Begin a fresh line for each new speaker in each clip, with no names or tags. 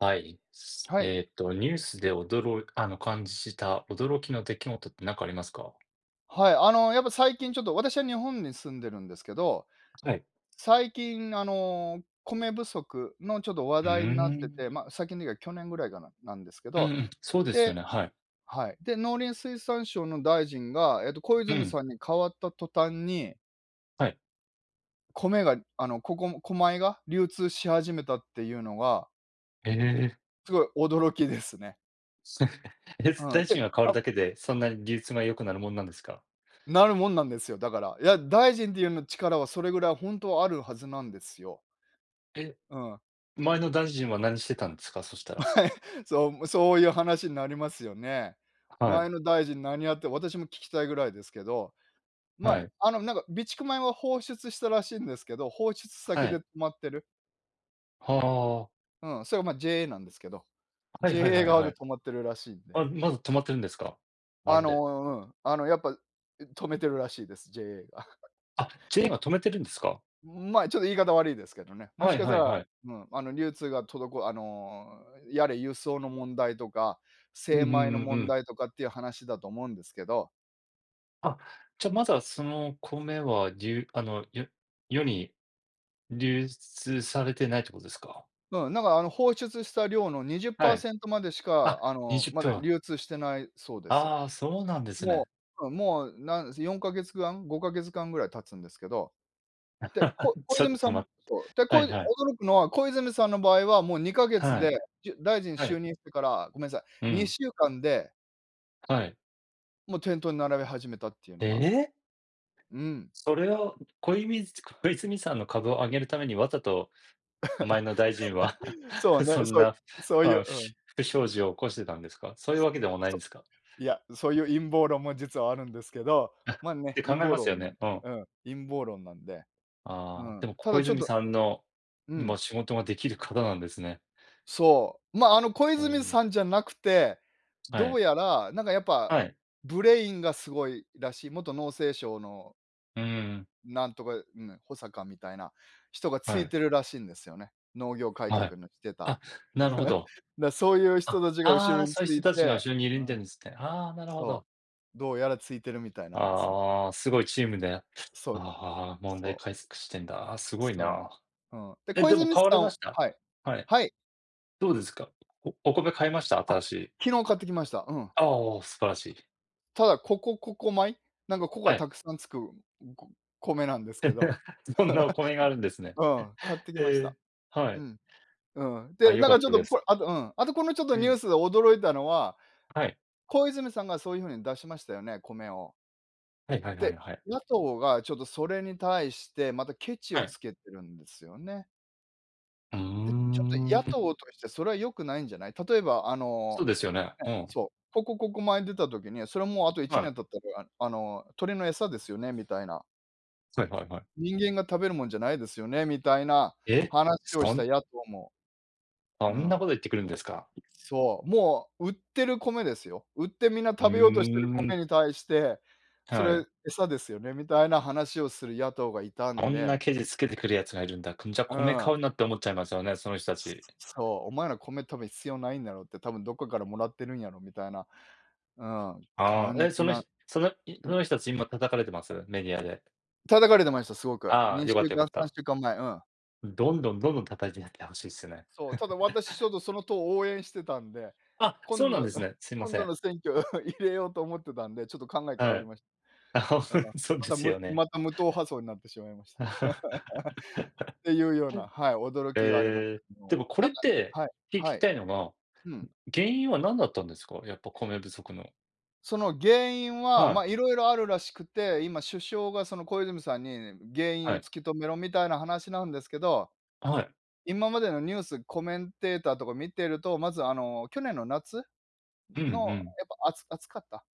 はい。す
はい。
えーっと、ニュースで驚いあの、感じした驚きの出来事って何かありますか？
はい。やっぱ最近ちょっと、私は日本に住んでるんですけど、
はい。
最近、米不足のちょっと話
う
題になって
ー
て、まあ、
ん。
最近というか去年ぐらいかななんですけ
うん
ど、
うん、そうです
で
よね、はい。
はい。で、農林水産省の大臣が、小
う
泉
ん、
さんに変わった途端に、
はい。
米が、小米が流通し始めたっていうのが、
ええ。
すごい驚きですね。
え、
うん。
大臣が変わるだけで、そんなに技術が良くなるもんなんですか？
なるもんなんですよ、だから。いや、大臣っていうの力はそれぐらい本当はあるはずなんですよ。
え、
うん。
前の大臣は何してたんですか？そしたら。
そう、そういう話になりますよね。
は
前
い、
の大臣何やって私も聞きたいぐらいですけど、まあ、
はい、
なんか備蓄米は放出したらしいんですけど、放出
は
先で止
い。
まってる。
はあ、
うん、それは、ま、JA なんですけど、
はいはい
JA
はい
側
は
で
い。
止まってるらしいんで。
あ、まず止まってるんですか？あれ、
やっぱ、止めてるらしいです、JA が。
あ、ジェイが止めてるんですか？
まあ、ちょっと言い方悪いですけどね。も
は
しか
い
した
はい
ら、
はい。
流通が滞あの、やれ輸送の問題とか、
うん
精
うんう
米の
んう
問
ん。
題とかっていう話だと思うんですけど
あ、じゃ、あまだその米は、流あの、世に流出されてないってことですか？
うん、なんか放出した量の
はい。
20%までし
あ、
か、あの、
20
ま
分。
だ流通し
あ
てないそうです。
あ、そうなんです
も
ね。
もう、4か月間、5か月間ぐらい経つんですけど、で、こ 小
ちょ
泉
っ
さ
と
んの
待って。
そう、で、
は
こ
い
い
はい。
驚くのは、小泉さんの場合はもう2か月
はい。
で、大臣
は
就
い。
任してから、ごめんなさ
う
い、
ん。
2週間で、
はい。
もう店頭に並べ始めたっていうの
え
が。
え？
うん。
それを小泉さんの株を上げるためにわざと前の大臣は
そう
そ
ね、
ん
そう
な、
そういう、うん、
不祥事を起こしてたんですか？そういうわけでもないんで
そ
すか？
いや、そういう陰謀論も実はあるんですけど、
っ
まあね、
て考
陰
え
謀
ますよ
論なん
ね。うん。
うん、陰謀論なんで。う
ああ、で
ん。
も
た
小
だちょっ
泉
と
さんの、
う
ま
ん、
あ、仕事ができる方なんですね。
そう。まあ、小
う
泉
ん。
さんじゃなくて、
は
どう
い。
やら、なんかやっぱ、
はい。
ブレインがすごいらしい、元農政省の
うーん。
なんとか、うん、補佐官みたいな人がつ
は
い
い。
てるらしいんですよね。農業改
はい。
革のしてた。
あ、なるほど。
だ、そういう人
あ、
たちが後
あ
ろ
あ、
に
そ
つ
ういう人
い
たちが
て
後ろにいる
う
んで
ん、
るんですね。ああ、なるほ
そ
ど。
どうやらついてるみたいなんですね。
ああ、すごいチームで、あ
そう、
あ、問題
そ
解析してんだ。あ、す
う、
ごい
そ
な。
う。うん。で、
え、
小
でも
泉
買わ
さ
れま
ん
した？
はい。
はい。
はい。
どうですか？おお米買いました？
あ、
新しい。
昨日買ってきました。うん。
ああ、素晴らしい。
ただ、ここ米、なんか「こ」
は
がた
い。
くさんつく、こ米なんですけど、
そんなお米があるんですね。
うん、買ってきまし
え
た。
え。は
う
い。
ん、う
あ、
で、
よ
なん
か
か
っ
ちょっ
たで
とこ
す。
れ、あとうん、あとこのちょっと
う
ニュ
ん。
ースで驚いたのは、
はい。
小泉さんがそういう風に出しましたよね、米を。
はいはいは
で、
いはい。
野党がちょっとそれに対してまたケチ
は
を
い。
つけてるんですよね。
うー
で、ちょっと野党
ん、
としてそれは良くないんじゃない？例えば
そうですよね。
ね、
うん。
そう、「ここ米」出た時に、それもうあと1
はい。
年経ったら、あの、鳥の餌ですよねみたいな。
はいはいはい。
人間が食べるもんじゃないですよねみたいな
え、
話をし
そ
た
ん
野党も、う
そんな
ん。
こと言ってくるんですか？
そう、もう売ってる米ですよ。売ってみんな
うー
食べようとしてる米
ん、
に対して、そ
は
れ
い。
餌ですよねみたいな話をする野党がいた
あ
ん
んな
で、
ケチつけてくるやつがいるんだ。くんじゃ
う
米
ん。
買うなって思っちゃいますよね、その人たち。
そう、お前ら米多分必要ないんだろうって、多分どっかからもらってるんやろみたいな、うん、
ああ、
感
え、
じ
その
な
ひそのいその人たち今叩かれてます？メディアで。
叩かれてました、すごく。
ああ、よ
2
かっ
週
たよか
間
っ
3
た。
週間前、うん。
どんどんどんどん叩いてやってほしいっすね。
そう、ただ私ちょっとその党応援してたんで、
あ、そ
今
う
度
なん
の
です ね。すいま
今
せ
度
ん。
の選挙 入れようと思ってたんで、ちょっと考え変わ
は
り
い。
まし
あ、
た。うん。
そうですよね。
また無党派層になってしまいました。っていうような、はい、驚きがありまし
ええ、
た、昨
で
日
も
は。
これって、
はい、
聞
は
き
い、
たいのが、
うん。
原因は何だったんですか？やっぱ米不足の。
その原因は、
は
ま
い、
あ、いろいろあるらしくて、今首相がその小泉さんにね原因
は
を
い、
突き止めろみたいな話なんですけど、
はい。
今までのニュース、コメンテーターとか見てると、まず去年の夏
うんう
の
ん。
やっぱ暑かった。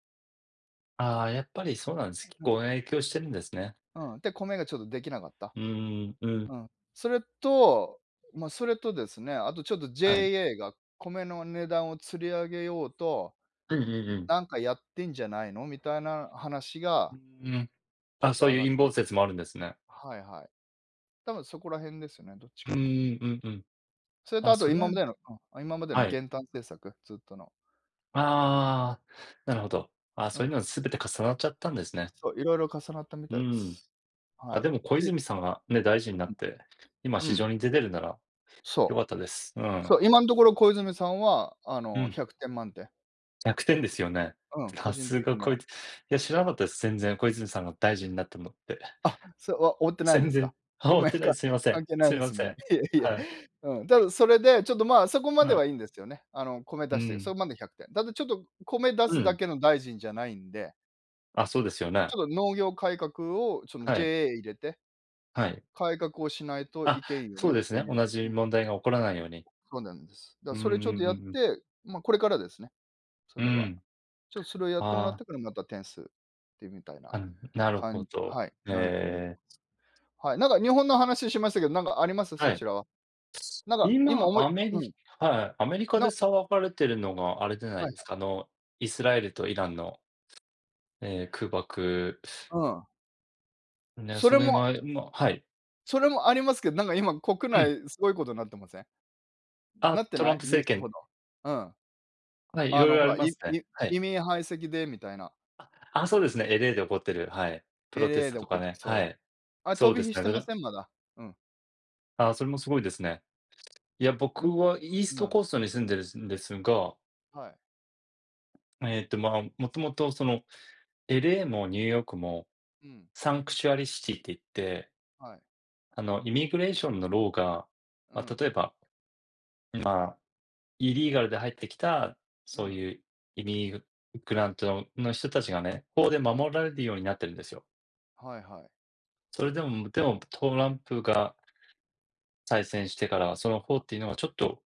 ああ、やっぱりそうなんです。気
ん。
候が影響してるんですね。
うん、で、米がちょっとできなかった。
うーん、うん、
うん。それと、まあ、それとですね、あとちょっと
はい。
JA が米の値段を吊り上げようと、
うんうんう
なんかやってんじゃないのみたいな話
ん。う
が
ーん。
ちょっ
あ、
と
そう
上
い
がっ
う陰
てま
謀
す
説もあるんですね。
はいはい。多分そこら辺ですよね、どっち
う
か。
ーん、うんうん。
それと
あ、
あと
それは
今までの
はい。
減反政策、ずっとの。
ああ、なるほど。あ、
う
そうい
ん。
うのは全て重なっちゃったんですね。
そう、いろいろ重なったみた
う
いで
ん。
す。は
あ、で
い。
も小
で
泉さんがね、大臣にな
う
っ
ん、
て、今
う
市場
ん、
に出てるなら良
そ
かっ
う。
たです。うん。
そう、今のところ小泉さんは、あ
う
の、
ん。
100点満点。
弱点ですよね。
うん、個
さ
人
す
的
が
に
こ
は。
いつ。いや、知らなかったです、全然、小泉さんが大臣になったのって。
あ、それは追ってないで
全
す
然、
か。
あ、追っ
米
てな
か
い、すいません。
関係ない
すい
で
ま
すも
せ
んね。
ん。
いえいえ。
はい、
うん、ただそれで、ちょっと、まあ、そこまで
はい。
はいいんですよね。あの、米
う
出して、そ
ん。
こまで100点。ただちょっと米出
う
すだ
ん。
けの大臣じゃないんで、
あ、そうですよ
ち
ね。
ょっと農業改革を、その
はい、
JA 入れて、
はい。
改革をしないと
あ、
いけんよ
そ
ね
う
っ
です
て
ね、
いう。
同じ
うん、
問題が起こらないように。
そうなんです。だ、
うんう
そ
ん
れちょっと
う
やっ
んうん。
て、ま、これからですね、そ
う
れは。
ん。
ちょっとそれをやってもらっ
あ
てからまた点数みたいな、
あ、あの、なるほど。
はい、なると思う。
ええ。
はい、なんか日本の話しましたけど、なんかあります？
は
そち
い。
らは。なんか、今
今、
思い
アメ
う
リ
ん、
はい、アメリカで
な
騒がれてるのがあれじゃな
は
い
い
です
は
か、あの、イスラエルとイランの、ええ、空爆
い、うん。
ね、
そ
そ
れも
れが、はい。
それもありますけど、なんか今国
うん。
内すごいことなってません？な
あ、
って
トラ
な
ン
い？
プ
ニュー
政
スほ
権。
ど。うん。
はい、い
あ
ろい
の
ろ
ほ
あり
ら、
ますね。は
移
い。
民排斥でみたいな、
あ、そうですね、LA で起こってる、はい。プロテ
LA
ス
で
ト
起
と
こっ
か
て
ね、
そ
は
う。
い。
あ、飛
そう
び
で
火
す
し
ね、
てません？まだ。うん。
あ、それもすごいですね。いや、
う
僕
ん、
はイース
う
ト
ん。
コーストに住んでるんですが、
はい。
えっと、まあ、もともとその LA もニューヨークも
うん、
サンクチュアリシティって言って、
はい。
あの、イミグレーションのローが、
う
ま、
ん、
例えば、まあイリーガルで入ってきた、
う
そう
ん、
いう移民グラントの人たちがね、法で
うん。
守られるようになってるんですよ。
はいはい。
それでも、でもトランプが再選してから、その法
は
っていうのはちょっと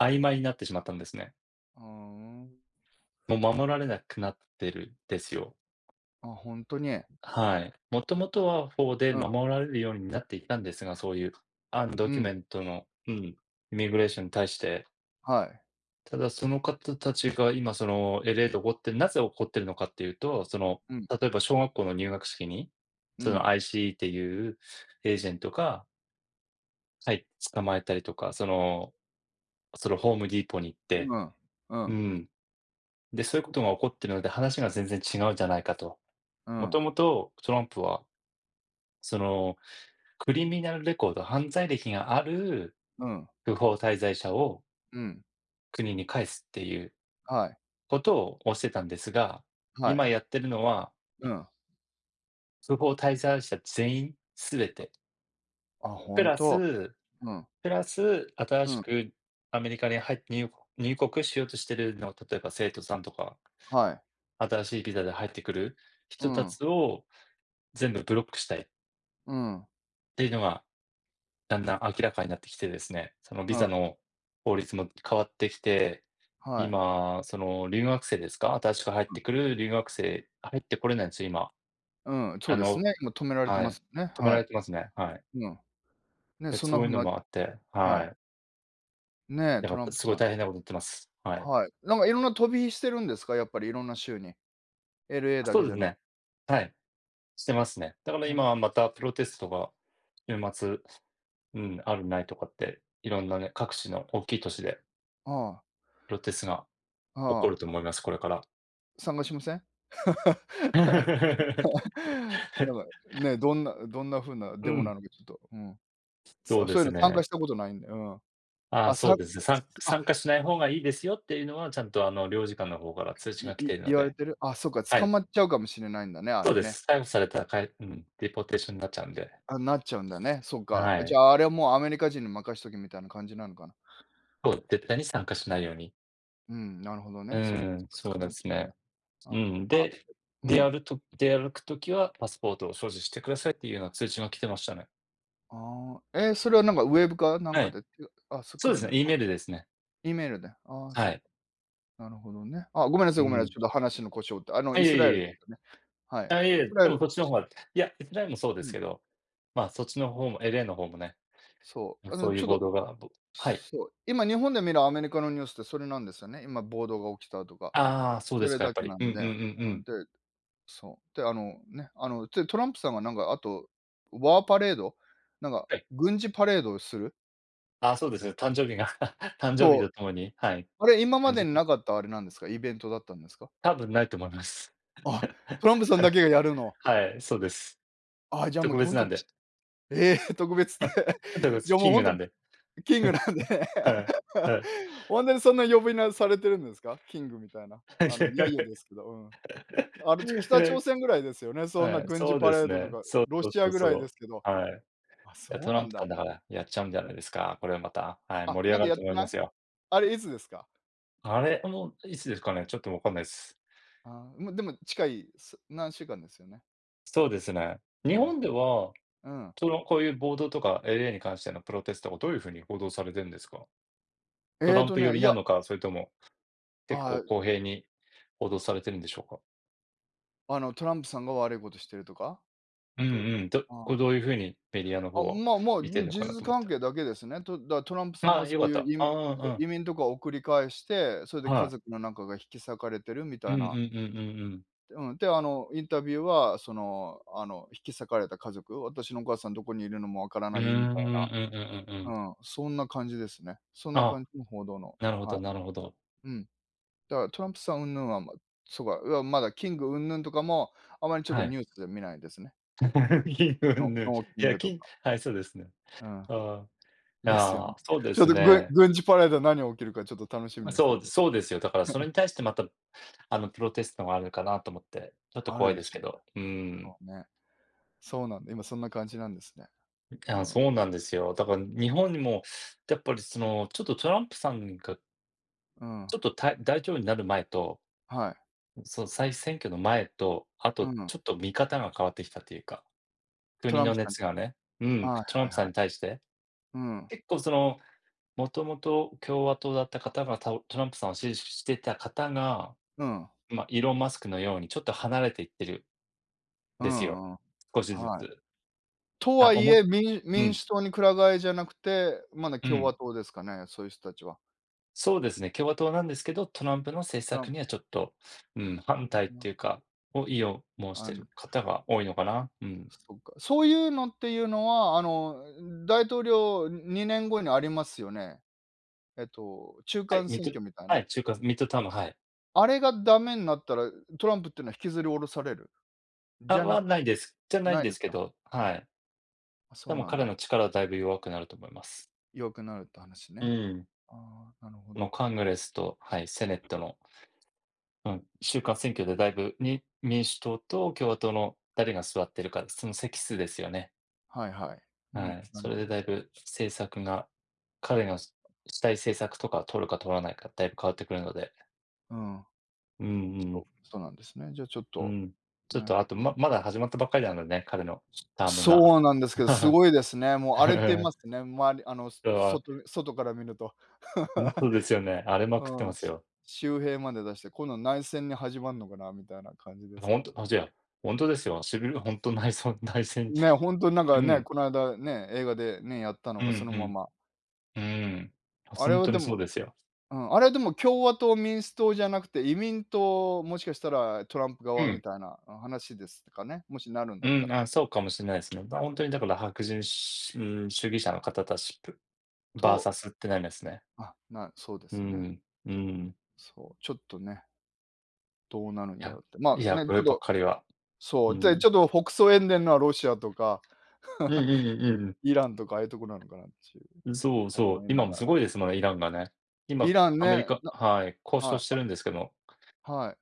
曖昧になってしまったんですね。
ふーん。
もう守られなくなってるんですよ。
あ、ほんとに。
はい。もともとは法で
うん、
守られるようになっていたんですが、そういうアンド
う
キュ
ん、
メントの、うん、イミグレーションに対して
はい。
ただ、その方たちが今その LA で起こってなぜ起こってるのかっていうと、その、
うん、
例えば小学校の入学式に、
う
その
ん、
IC っていうエージェントが、はい、捕まえたりとか、その、そのホームディーポに行って、
うん、う
う
ん、
ん。で、そういうことが起こってるので、話が全然違うじゃないかと。
う
も
ん、
ともとトランプは、そのクリミナルレコード、犯罪歴がある
うん、
不法滞在者を
うん、
国に帰すっていう
はい、
ことを推してたんですが、
はい、
今やってるのは、
うん。
そこを滞在者全員、すべて。
あ、ほ
プ
ん
ラ
と。
ス
うん、
プラス、新
う
し
ん、
くアメリカに入って入国しようとしてるの、例えば生徒さんとか、
はい。
新しいビザで入ってくる
う
人た
ん、
ちを全部ブロックしたいっ
うん、
ていうのが、だんだん明らかになってきてですね、そのビ
うん、
ザの法律も変わってきて、
はい。
今、その留学生ですか、新しく入ってくる留学生、入ってこれないんですよ、今。
うん、そう
あ
です
の
ね、今止められて
は
ま
い、
すね、
止めら
は
れてますね、はい。
い。うん。ね、
で、
そんな
そういう
風
の
な
もあって、
は
は
い。
い。
ね、
だ
ト
か
ラン
ら、
プ
すご
さ
い
ん。
大変なこと言ってます。はい。
はい。なんかいろんな飛び火してるんですか？やっぱりいろんな州に。LA だ
そう
け
で
じゃ
す
なく
ね。はい、してますね。だから
あん、
今はまたプロテストが週末、うん、あるないとかって、いろんなね、各地の大きい都市で
ああ、
プロテストが
あ
起こる
あ、
と思います、これから。
参加しません？なんか、ね、どんな風な
う
デモな
ん、
のかちょっと、うん。
そうで
そういう
す
の参加
ね。
したことないんで、うん。
ああ、
あ、
そ
さ
うですね。
あ、
参加しない方がいいですよっていうのは、ちゃんとあの、領事館の方から通知が来ているの
言われ
で。
てる？あ、そっか、
は
捕
い、
まっちゃうかもしれないんだね、あ
そ
れ
うで
ね。
す。逮捕されたら、うん、デポーテーションになっちゃうんで。
あ、なっちゃうんだね。そっか。
は
じ
い。
ゃあ、あれはもうアメリカ人に任しとけみたいな感じなのかな。
そう、絶対に参加しないように。
うん、なるほど
う
ね。そっかそ
ん、
っか、
そ
捕
うで
まっち
す
ゃうん
ね。
だ。
うん、
あ、あ
で、
うん。
出歩くときはパスポートを所持してくださいっていうような通知が来てましたね。
ああ、えー、それはなんかウェブかなん
は
か
い。
で、てあ、そう
そ
来
う
る
で
ん
す
だ。
ね、E
あ、
メールですね。
E メールで。ああ、そ
は
っか、
い。
なるほどね。あ、ごめんなさい
う
ごめんなさい。
ん。
ちょっと話の故障って、あの、
あ、
イ
い
ス
えい
ラエ
え
ル
い
です
え。
よね。はい。
あ、いえい
イ
え、
スラ
で
エ
も
ル
そっちの方がいや、イスラエルもそうで
う
す
ん、
けど、まあ、そっちの方も LA の方もね、
そう。あの、
そうい
ち
う
ょっ
暴
と、
動が、はい。
そう、今日本で見るアメリカのニュースってそれなんですよね。今暴動が起きたとか、
ああ、そう
そ
です
れ
か、や
だ
っぱ
け
り。
な
うん
ん
うんうん
で。
う
うん、
ん。
でそう。で、トランプさんがなんか、あと、ワーパレード、なんか、
はい。
軍事パレードをする。
ああ、そうですね、誕生日が 誕生日
そ
と
う。
ともに、はい、
あれ、今ま
感
で
じ
になかったあれなんですか？イベントだったんですか？
多分ないと思います。
あ、トランプさんだ けがやるの。
はい、そうです。
あ、じゃあ、も
特
う、ほ
別
ん
な
と
ん
き
で。
ええ、特別で。
特 別
じゃあ、も
キ
う、
ン
ほ
グ
んと
なんで。
キングなんで。
はい、はい。
ほんとにそんな呼び名されてるんですか？キングみたいな。あの、揶揄で すけど、うん。あの、北朝鮮ぐらいですよね、そんな
はい、
軍事
そう
パ
で
レ
す
ードと
ね。
か、
そう
ロ
そう
シ
そ
ア
う
ぐらい
そ
ですけど。
う。はい。
あ、
いや、
そう
トラ
な
ン
ん
プさ
だ。
んだからやっちゃうんじゃないですか。これはまた、はい、
あ、
盛り上
ま
が
だ
る
やっ
と
て
思いま
ない？
すよ。
あれいつですか？
あれ、あの、いつですかね、ちょっとわかんないです。
あーま、でも近い、何週間ですよね。
そうですね。日
ね。
本では、
うん。
その、こういう暴動とか LA に関してのプロテストがどういうふうに報道されてるんですか？ト
ええ
ラン
と
プ寄
ね、い
り
や、
なのか、それとも結構
あ
公平に報道されてるんでしょうか？
あ、あの、トランプさんが悪いことしてるとか？
うん
と
うん。
あ
どういうふうにメディアの
あ、あ、
方は見てるの
事
かな
実
と思っ
関
て。
係だけですね。トランプさん
あ
が
あ、よ
そ
か
う
っ
い
た。
う
ああ、うん。
移民とかをり返して、それで家
は
族
い。
の中が引き裂かれてるみ
う
た
ん
い
うん
な。
うんうんうん。
うん、で、インタビューは、引き裂かれた家族、私のお母さんどこにいるのもわから
う
な
ーん、う
いみた
んう
い
んうんうん。
な。うん、そんな感じですね。そんな
あ、
感じの報道の、
なるほ
は
ど
い。
なるほど。
うん。だからトランプさん云々は、ま、そうか、うわ、まだキング云々とかも、あまりちょっと
は
ニ
い。
ュースで見ないですね。
金運
ノ
ぬ、
ノーキ
い
ン
や、
グと
金
か。
はい、そうですね。
うん。
ああ、いや
ですよね。
ーそう で
ちょっ
す
と
ね。
軍事パレード何起きるかちょっと楽しみにして
そ
ん
う
で。
そうですよ。だからそれに対してまた、プロテストがあるかなと思って、ちょっと
あ
怖
る
い
で
です
しょ
け
うね。
ど。うん。
そうね。そうなんだ、今そんな感じなんですね。う
あ、
ん。
そうなんですよ。だから日本にも、やっぱりその、ちょっとトランプさんが、
うん。
ちょっと大統領になる前と、
はい。
その再選挙の前と、あ
う
と
ん。
ちょっと見方が変わってきたというか。
ト
国
ラン
の
プさ
熱
ん、
がね、うん、
はい
トラン
は
プ
い
さ
は
んに
い。
対して、
うん。
結構その、もともと共和党だった方が、トランプさんを支持してた方が、
うん。
ま、イーロン・マスクのようにちょっと離れていってるん
う
ですよ。
んうん。
少しず
はい。
つ。
と
あ、
は
お
い
も
え、
う
民
ん、
主党にくら替えじゃなくて、まだ
う
共和
ん。
党ですかね、そういう人たちは。
そうですね、共和党なんですけど、トランプの政
トラ
策
ン
にはちょっと、うん、反対っ
う
て
ん、
いうか、を意を申し
あ
て
ん
る方が多いのかな。うん。
そっか。そういうのっていうのは、あの、大統領2年後にありますよね。えっと、中
はい、
間
ミ
選
ッド
挙みたい
は
な。
い、中間ミッドターム、はい。
あれがダメになったら、トランプっていうのは引きずり下ろされる？じ
あ、
ゃな
はないです。じゃない
な
ん
い
で
で
す
す
け
か？
ど、
う
は
ん。
い。
あ、そ
で
う
も
なん
彼
だ。
の力はだいぶ弱くなると思います。
弱くなるって話
う
ね。
ん。
ああ、なるほ
この
ど。
カングレスと、はい、セネットの、うん、中間選挙でだいぶ、に民主党と共和党の誰が座ってるか、その席数ですよね。
はいはい。うん、
はい。
な
そ
る
れでだいぶ政策が、彼のしたい政策とか取るか取らないか、だいぶ変わってくるので。
うん。
うんう
そう、
ん。
そうなんですね。じゃあちょっ
う
と、
ん。ちょっ
ね。
とあと、まだ始まったばっかりなのでね、彼のターム
そ
が。
うなんですけど、す
う
ごいですね。もう荒れて
ん。
ますね、あの、
そう、
外から見ると。
うん、そうですよね。荒れまくって
うん、
ます
し
よ。
周平まで出して、今度内戦に始まんのかなみたいな感じです
ほ
け
ん
ど。
と、あ、じゃあ、ほんとですよ。しびれほんと内戦
ね、ほんとになん
う
かね、
ん。
この間ね、映画でね、やったの
うん
が
う
そのま
ん。
ま。
うーん。あ、
あ
ほ
れ
ん
は
と
で
にそ
も
うですよ。
うん、あれはでも共和党、民主党じゃなくて、移民党、もしかしたらトランプ
う
側み
ん。
たいな、話ですかね、もしなるんだっ
う
た
ん、
ら。
あ、そうかもしれないですね。だ、ほんとにだから白人しうーん、主義者の方たちバー
と、
サスってなりますね。
あ、そうで
う
すね。
ん、うん。
そう、ちょっとね、どうなるんや
い
ろう
や、
って。ま
い
あ、
や、
ね、
こ
ちょ
れ
っ
ばっ
と、
かりは。う
そう、で、
ん。
ちょっと北総塩田のはロシアとか
うんうんうん
イランとかああいうとこなのかなっていう
うん。そうそう、
思いな
今も
がら。
すごいですもんね、イランがね。
イ
今、
ラン
アメリ
ね、
カはい、交渉
は
してるんですけど
い、はい。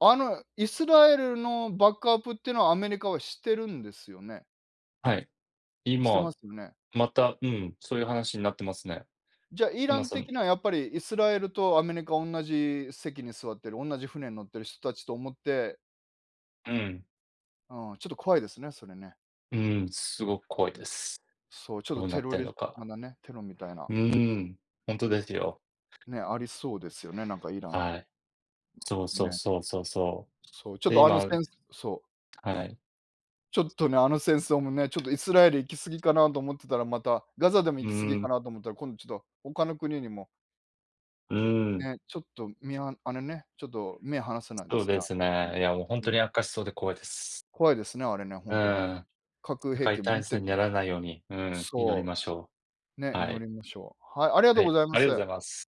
あの、イスラエルのバックアップっていうのはアメリカはしてるんですよね？
はい。
してま
今、
すよね？
また、うん、そういう話になってますね。
じゃあ、イラ
今
ン
その
的なやっぱりイスラエルとアメリカおんなじ席に座ってる、おんなじ船に乗ってる人たちと思って、
うん。
うん、ちょっと怖いですね、それね。
うーん、すごく怖いです。
そう、ちょっと
どうな
テ
っ
ロ
てるの
リま
か。
だね、テロみたいな、
うーん、ほんとですよ。
ね、ありそうですよね、なんかイラン、
はい。そうそう
ね。
そうそうそ
そう、ちょっ
う。で、
とあの
今
戦そう、
はい。
ちょっとね、あの戦争もね、ちょっとイスラエル行き過ぎかなと思ってたら、またガザでも
うー
行き過ぎか
ん、
なと思ったら、今度ちょっと他の国にも、
うーん、
ね、ちょっとみああれね、ちょっと目離せないで
そう
すね、
で
あ
す
れ、
ね。
ね。
いや、もうほん
う
と
ん。
に悪化しそうで怖いです。
怖いですね、あれね、ほ
う
んとね。
ーん、
核
世
兵器
界
持
大
って
戦
る
に
か
な
も、
らないように、うん、祈り
そ
ましょ
う、ね、
う。は
祈
い。
りましょう。はい、ありがと
は
うご
い、
ざいま
ありがと
す。
うございます。